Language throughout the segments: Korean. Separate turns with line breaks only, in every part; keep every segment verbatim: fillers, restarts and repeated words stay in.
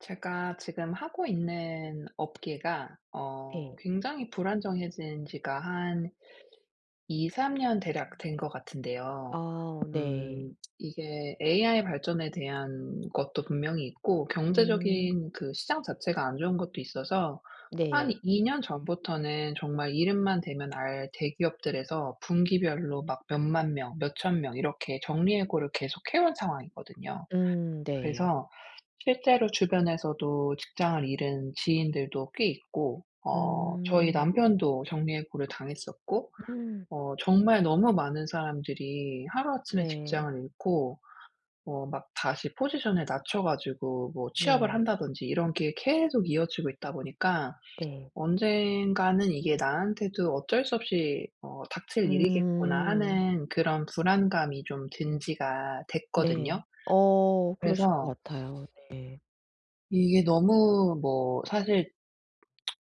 제가 지금 하고 있는 업계가 어
네.
굉장히 불안정해진 지가 한 이삼 년 대략 된 것 같은데요.
아 네.
음 이게 에이아이 발전에 대한 것도 분명히 있고,
음
경제적인 그 시장 자체가 안 좋은 것도 있어서, 한
네.
이 년 전부터는 정말 이름만 대면 알 대기업들에서 분기별로 막 몇만 명, 몇천 명 이렇게 정리해고를 계속해 온 상황이거든요.
음 네.
그래서 실제로 주변에서도 직장을 잃은 지인들도 꽤 있고, 어 저희
음.
남편도 정리해고를 당했었고,
음,
어 정말 너무 많은 사람들이 하루아침에
네.
직장을 잃고, 어 막 다시 포지션을 낮춰 가지고 뭐 취업을
네.
한다든지 이런 게 계속 이어지고 있다 보니까,
네.
'언젠가는 이게 나한테도 어쩔 수 없이 어 닥칠 일이겠구나.'
음.
하는 그런 불안감이 좀 든 지가 됐거든요.
네. 어 그러실 것
그래서
같아요. 네.
이게 너무 뭐 사실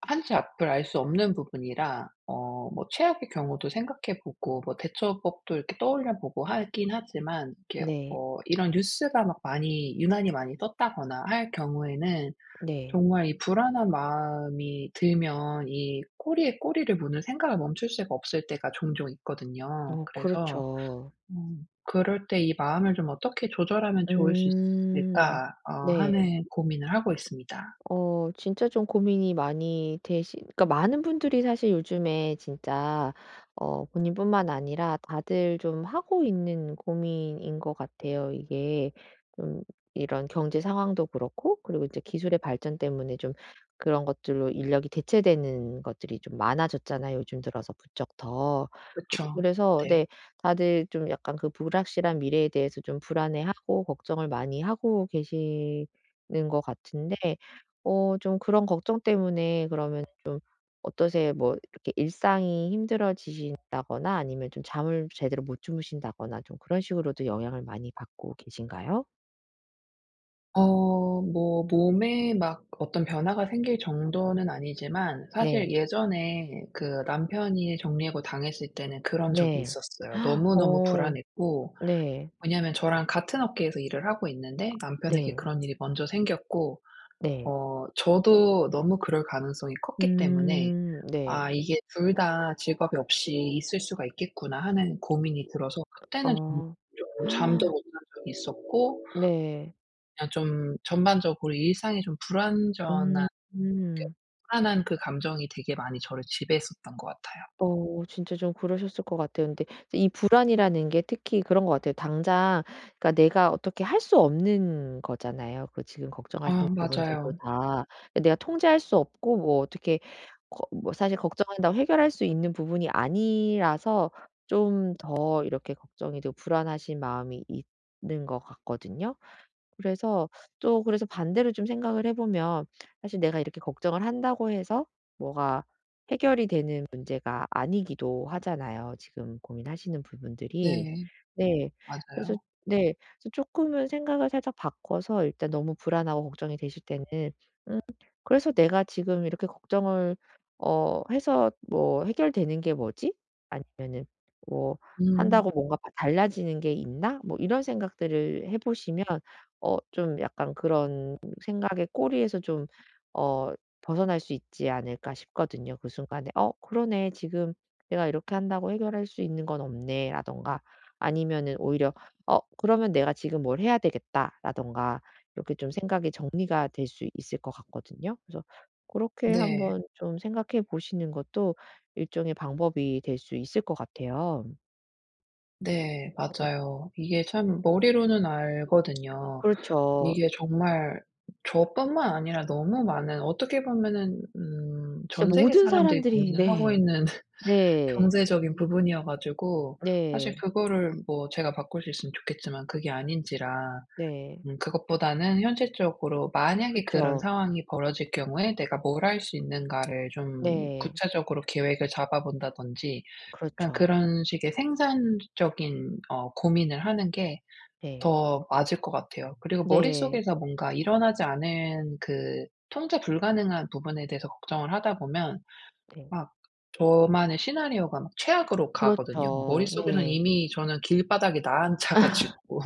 한치 앞을 알 수 없는 부분이라, 어 뭐 최악의 경우도 생각해 보고 뭐 대처법도 이렇게 떠올려 보고 하긴 하지만, 이렇게
네.
어 이런 뉴스가 막 많이, 유난히 많이 떴다거나 할 경우에는
네.
정말 이 불안한 마음이 들면 이 꼬리에 꼬리를 무는 생각을 멈출 수가 없을 때가 종종 있거든요.
어
그래서
그렇죠.
음 그럴 때 이 마음을 좀 어떻게 조절하면 좋을 수
음.
있을까 어
네.
하는 고민을 하고 있습니다.
어 진짜 좀 고민이 많이 되시 그러니까 많은 분들이 사실 요즘에 진짜 어 본인뿐만 아니라 다들 좀 하고 있는 고민인 것 같아요. 이게 좀 이런 경제 상황도 그렇고 그리고 이제 기술의 발전 때문에 좀 그런 것들로 인력이 대체되는 것들이 좀 많아졌잖아요, 요즘 들어서 부쩍 더. 그
그쵸.
그래서
네.
네 다들 좀 약간 그 불확실한 미래에 대해서 좀 불안해하고 걱정을 많이 하고 계시는 것 같은데 어 좀 그런 걱정 때문에 그러면 좀 어떠세요? 뭐 이렇게 일상이 힘들어지신다거나 아니면 좀 잠을 제대로 못 주무신다거나 좀 그런 식으로도 영향을 많이 받고 계신가요?
어 뭐 몸에 막 어떤 변화가 생길 정도는 아니지만, 사실
네.
예전에 그 남편이 정리해고 당했을 때는 그런 적이
네.
있었어요. 너무너무
어
불안했고,
네.
왜냐하면 저랑 같은 업계에서 일을 하고 있는데 남편에게
네.
그런 일이 먼저 생겼고,
네.
어 저도 너무 그럴 가능성이 컸기 때문에
음 네.
'아 이게 둘 다 직업이 없이 있을 수가 있겠구나.' 하는 고민이 들어서, 그때는 좀
어.
좀 잠도 못 잔 적이 있었고,
네.
그냥 좀 전반적으로 일상이 좀 불완전한
음.
그
음.
불안한 그 감정이 되게 많이 저를 지배했었던 것 같아요.
어 진짜 좀 그러셨을 것 같아요. 근데 이 불안이라는 게 특히 그런 것 같아요. 당장 그러니까 내가 어떻게 할 수 없는 거잖아요. 그 지금
아
걱정하시는 부분들도
맞아요.
다. 내가 통제할 수 없고 뭐 어떻게 거 뭐 사실 걱정한다고 해결할 수 있는 부분이 아니라서 좀 더 이렇게 걱정이 되고 불안하신 마음이 있는 것 같거든요. 그래서 또 그래서 반대로 좀 생각을 해 보면 사실 내가 이렇게 걱정을 한다고 해서 뭐가 해결이 되는 문제가 아니기도 하잖아요, 지금 고민하시는 부분들이.
네.
네. 그래서
맞아요.
네. 그래서 조금은 생각을 살짝 바꿔서 일단 너무 불안하고 걱정이 되실 때는 음 그래서 '내가 지금 이렇게 걱정을 어 해서 뭐 해결되는 게 뭐지?' 아니면은 뭐 '한다고
음.
뭔가 바 달라지는 게 있나?' 뭐 이런 생각들을 해 보시면 어 좀 약간 그런 생각의 꼬리에서 좀 어 벗어날 수 있지 않을까 싶거든요. 그 순간에 '어 그러네. 지금 내가 이렇게 한다고 해결할 수 있는 건 없네.'라든가 아니면은 오히려 '어 그러면 내가 지금 뭘 해야 되겠다.'라든가 이렇게 좀 생각이 정리가 될 수 있을 것 같거든요. 그래서 그렇게
네.
한번 좀 생각해 보시는 것도 일종의 방법이 될 수 있을 것 같아요.
네. 맞아요. 이게 참 머리로는 알거든요.
그렇죠.
이게 정말 저뿐만 아니라 너무 많은, 어떻게 보면은 음
진짜
전 세계
모든
사람들이
사람들이
고민을 하고
네.
있는
네.
경제적인 부분이어 가지고 사실
네.
그거를 뭐 제가 바꿀 수 있으면 좋겠지만 그게 아닌지라,
네.
음 그것보다는 현실적으로 만약에 그런
그쵸.
상황이 벌어질 경우에 내가 뭘 할 수 있는가를 좀
네.
구체적으로 계획을 잡아 본다든지, 약간
그렇죠.
그런 식의 생산적인 어 고민을 하는 게
네.
더 맞을 것 같아요. 그리고
네.
머릿속에서 뭔가 일어나지 않은 그 통제 불가능한 부분에 대해서 걱정을 하다 보면
네.
막 저만의 시나리오가 막 최악으로 가거든요.
그렇죠.
머릿속에선
네.
이미 저는 길바닥에 나앉아 가지고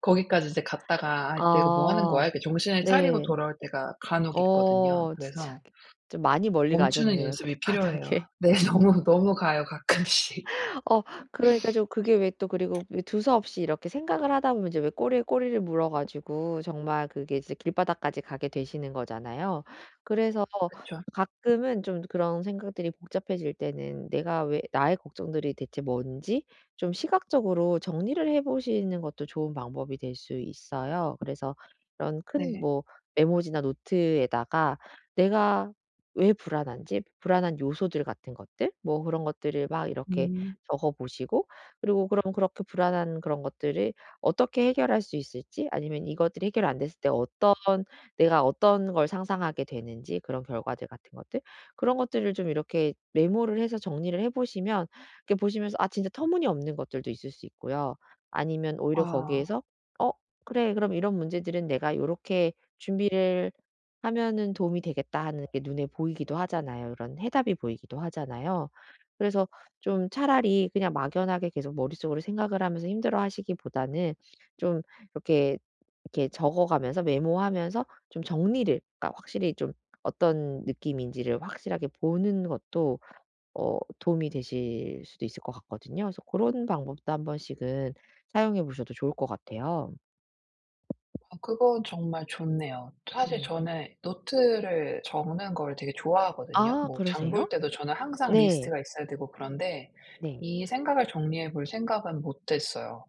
거기까지 이제 갔다가 '아 내가 뭐 하는 거야?'
아.
이렇게 정신을 차리고
네.
돌아올 때가 간혹 있거든요.
어 진짜
그래서
좀 많이 멀리
멈추는
가셨네요,
연습이 필요해요.
길바닥에.
네. 너무, 너무 가요, 가끔씩.
어 그러니까 좀 그게 왜 또 그리고 왜 두서없이 이렇게 생각을 하다 보면 이제 왜 꼬리에 꼬리를 물어 가지고 정말 그게 이제 길바닥까지 가게 되시는 거잖아요. 그래서
그쵸.
가끔은 좀 그런 생각들이 복잡해질 때는 '내가 왜 나의 걱정들이 대체 뭔지?' 좀 시각적으로 정리를 해 보시는 것도 좋은 방법이 될 수 있어요. 그래서 이런 큰
네.
뭐 메모지나 노트에다가 내가 왜 불안한지 불안한 요소들 같은 것들 뭐 그런 것들을 막 이렇게
음.
적어 보시고 그리고 그럼 그렇게 불안한 그런 것들을 어떻게 해결할 수 있을지 아니면 이것들이 해결 안 됐을 때 어떤 내가 어떤 걸 상상하게 되는지 그런 결과들 같은 것들 그런 것들을 좀 이렇게 메모를 해서 정리를 해 보시면 이렇게 보시면서 아 진짜 터무니없는 것들도 있을 수 있고요. 아니면 오히려
아.
거기에서 '어 그래. 그럼 이런 문제들은 내가 요렇게 준비를 하면은 도움이 되겠다.' 하는 게 눈에 보이기도 하잖아요. 이런 해답이 보이기도 하잖아요. 그래서 좀 차라리 그냥 막연하게 계속 머릿속으로 생각을 하면서 힘들어하시기보다는 좀 이렇게 이렇게 적어가면서 메모하면서 좀 정리를 그러니까 확실히 좀 어떤 느낌인지를 확실하게 보는 것도 어 도움이 되실 수도 있을 것 같거든요. 그래서 그런 방법도 한 번씩은 사용해 보셔도 좋을 것 같아요.
아 그건 정말 좋네요. 사실
네.
저는 노트를 적는 걸 되게 좋아하거든요.
아
뭐 장
그러세요?
볼 때도 저는 항상
네.
리스트가 있어야 되고, 그런데
네.
이 생각을 정리해 볼 생각은 못 했어요.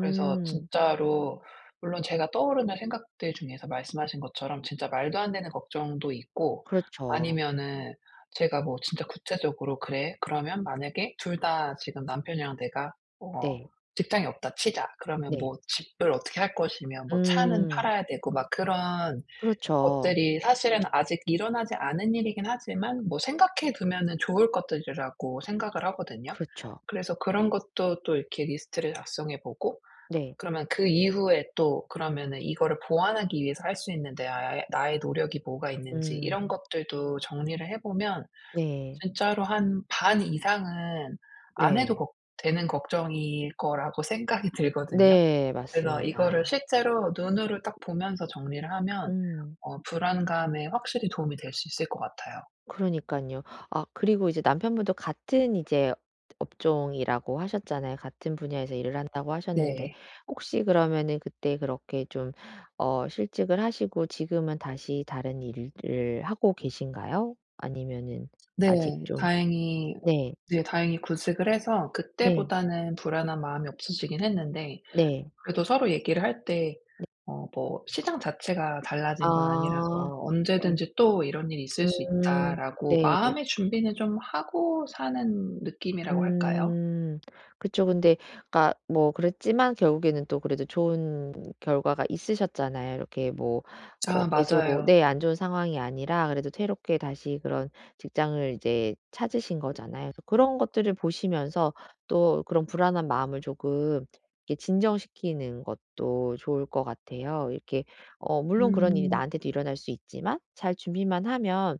그래서 진짜로, 물론 제가 떠오르는 생각들 중에서 말씀하신 것처럼 진짜 말도 안 되는 걱정도 있고,
그렇죠.
아니면은 제가 뭐 진짜 구체적으로 '그래. 그러면 만약에 둘 다 지금 남편이랑 내가 어
네.
직장이 없다 치자. 그러면 뭐
네.
집을 어떻게 할 것이며 뭐 차는
음.
팔아야 되고', 막 그런
그렇죠.
것들이 사실은 아직 일어나지 않은 일이긴 하지만 뭐 생각해 두면은 좋을 것들이라고 생각을 하거든요.
그렇죠.
그래서 그런 것도 또 이렇게 리스트를 작성해 보고,
네.
그러면 그 이후에 또 그러면은 이거를 보완하기 위해서 할 수 있는 내 나의 나의 노력이 뭐가 있는지, 이런
음.
것들도 정리를 해 보면
네.
진짜로 한 반 이상은 안 해도
네.
걱 되는 걱정일 거라고 생각이 들거든요.
네.
그래서 이거를
맞습니다.
실제로 눈으로 딱 보면서 정리를 하면
음.
어 불안감에 확실히 도움이 될 수 있을 것 같아요.
그러니깐요. 아 그리고 이제 남편분도 같은 이제 업종이라고 하셨잖아요. 같은 분야에서 일을 한다고 하셨는데
네.
혹시 그러면은 그때 그렇게 좀 어 실직을 하시고 지금은 다시 다른 일을 하고 계신가요? 아니면은 아직
네.
좀
다행히
네.
네 다행히 구직을 해서
네.
그때보다는 불안한 마음이 없어지긴 했는데,
네.
그래도 서로 얘기를 할 때
네.
어 뭐 시장 자체가 달라진 건
아.
아니라서
네.
"언제든지 또 이런 일이 있을 수
음.
있다."라고
네.
마음의 준비는 좀 하고 사는 느낌이라고 할까요?
음. 그쵸. 근데 그니까 뭐 그랬지만 결국에는 또 그래도 좋은 결과가 있으셨잖아요. 이렇게 뭐 어
아
계속
맞아요.
네 안 좋은 상황이 아니라 그래도 새롭게 다시 그런 직장을 이제 찾으신 거잖아요. 그래서 그런 것들을 보시면서 또 그런 불안한 마음을 조금 이렇게 진정시키는 것도 좋을 것 같아요. 이렇게 어 물론 그런 일이
음.
나한테도 일어날 수 있지만 잘 준비만 하면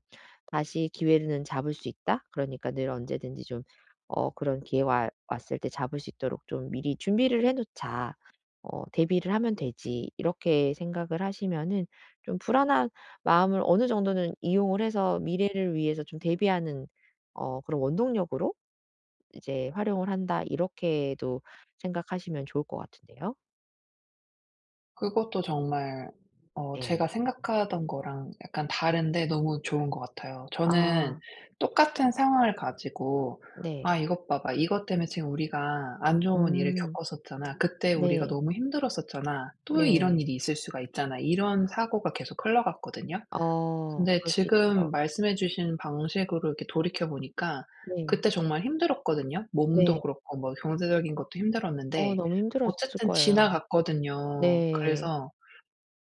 '다시 기회는 잡을 수 있다.' 그러니까 늘 언제든지 좀 어 그런 기회가 왔을 때 잡을 수 있도록 좀 미리 준비를 해 놓자. 어 '대비를 하면 되지.' 이렇게 생각을 하시면은 좀 불안한 마음을 어느 정도는 이용을 해서 미래를 위해서 좀 대비하는 어 그런 원동력으로 이제 '활용을 한다.' 이렇게도 생각하시면 좋을 것 같은데요.
그것도 정말 어 제가
네.
생각하던 거랑 약간 다른데 너무 좋은 것 같아요. 저는
아
똑같은 상황을 가지고
네.
'아 이것 봐봐. 이것 때문에 지금 우리가 안 좋은 일을
음.
겪었었잖아. 그때 우리가
네.
너무 힘들었었잖아. 또 이런
네.
일이 있을 수가 있잖아.' 이런 사고가 계속 흘러갔거든요.
어
근데
그럴 수
지금
있죠.
말씀해 주신 방식으로 이렇게 돌이켜 보니까
네.
그때 정말 힘들었거든요. 몸도
네.
그렇고 뭐 경제적인 것도
어
힘들었는데
너무 힘들었을
어쨌든
거예요.
지나갔거든요.
네.
그래서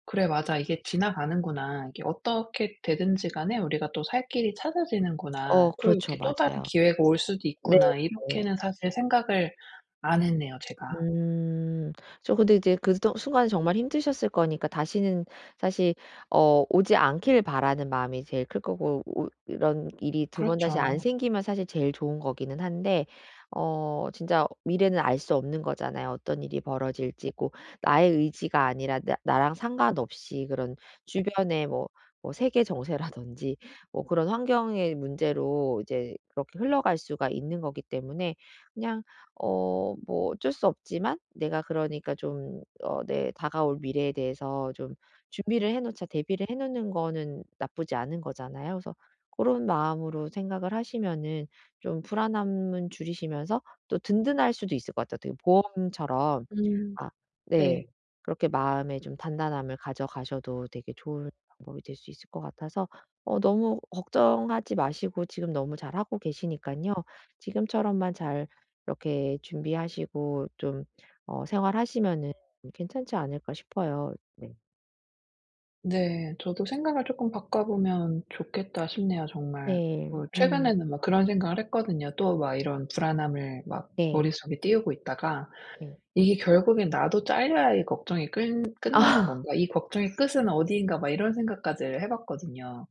'그래 맞아. 이게 지나가는구나. 이게 어떻게 되든지 간에 우리가 또 살 길이 찾아지는구나.
어
또
그렇죠.
이렇게 또 다른
맞아요.
기회가 올 수도
네.
있구나.'
네.
이렇게는 사실 생각을 안 했네요 제가.
음. 저 근데 이제 그 또 순간에 정말 힘드셨을 거니까 다시는 사실 어 오지 않길 바라는 마음이 제일 클 거고 오 이런 일이 두 번 다시 안
그렇죠.
생기면 사실 제일 좋은 거기는 한데 어 진짜 미래는 알 수 없는 거잖아요. 어떤 일이 벌어질지고 나의 의지가 아니라 나 나랑 상관없이 그런 주변의 뭐 뭐 세계 정세라든지 뭐 그런 환경의 문제로 이제 그렇게 흘러갈 수가 있는 거기 때문에 그냥 어 뭐 어쩔 수 없지만 내가 그러니까 좀 어 내 다가올 미래에 대해서 좀 준비를 해 놓자 대비를 해 놓는 거는 나쁘지 않은 거잖아요. 그래서 그런 마음으로 생각을 하시면은 좀 불안함은 줄이시면서 또 든든할 수도 있을 것 같아요. 게 보험처럼
음
아 네.
네.
그렇게 마음에 좀 단단함을 가져가셔도 되게 좋은 방법이 될 수 있을 것 같아서 어 너무 걱정하지 마시고 지금 너무 잘하고 계시니깐요. 지금처럼만 잘 이렇게 준비하시고 좀 어 생활하시면은 괜찮지 않을까 싶어요. 네.
네. 저도 '생각을 조금 바꿔보면 좋겠다.' 싶네요 정말.
네.
뭐
음.
최근에는 막 그런 생각을 했거든요. 또 막 이런 불안함을 막
네.
머릿속에 띄우고 있다가,
네.
이게 결국엔 '나도 잘려야 이 걱정이 끈 끝나는
아.
건가? 이 걱정의 끝은 어디인가?' 막 이런 생각까지 해 봤거든요.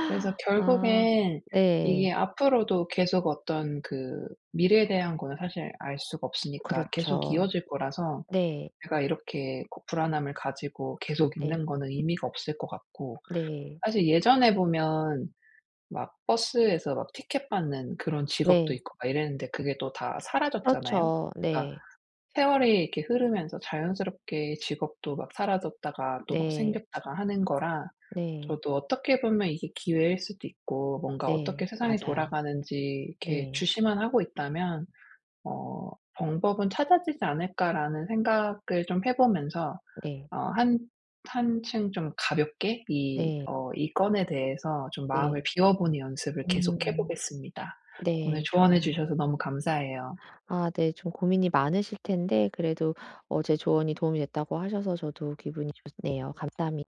그래서
아.
결국엔
네.
이게 앞으로도 계속 어떤 그 미래에 대한 거는 사실 알 수가 없으니까 계속
그렇죠.
이어질 거라서,
네.
제가 이렇게 고 불안함을 가지고 계속
네.
있는 거는 의미가 없을 것 같고,
네.
사실 예전에 보면 막 버스에서 막 티켓 받는 그런 직업도
네.
있고 막 이랬는데, 그게 또 다 사라졌잖아요.
그렇죠.
그러니까
네.
세월이 이렇게 흐르면서 자연스럽게 직업도 막 사라졌다가 또 막
네.
생겼다가 하는 거라,
네.
저도 어떻게 보면 이게 기회일 수도 있고, 뭔가 어떻게
네.
세상이
맞아요.
돌아가는지 이렇게
네.
주시만 하고 있다면 어 '방법은 찾아지지 않을까.'라는 생각을 좀 해 보면서,
네.
어 한 한층 좀 가볍게 이
네.
어 이 건에 대해서 좀 마음을
네.
비워보는 연습을 계속 해
음.
보겠습니다. 오늘
네.
조언해
좋아요.
주셔서 너무 감사해요.
아 네. 좀 고민이 많으실 텐데 그래도 어제 조언이 도움이 됐다고 하셔서 저도 기분이 좋네요. 감사합니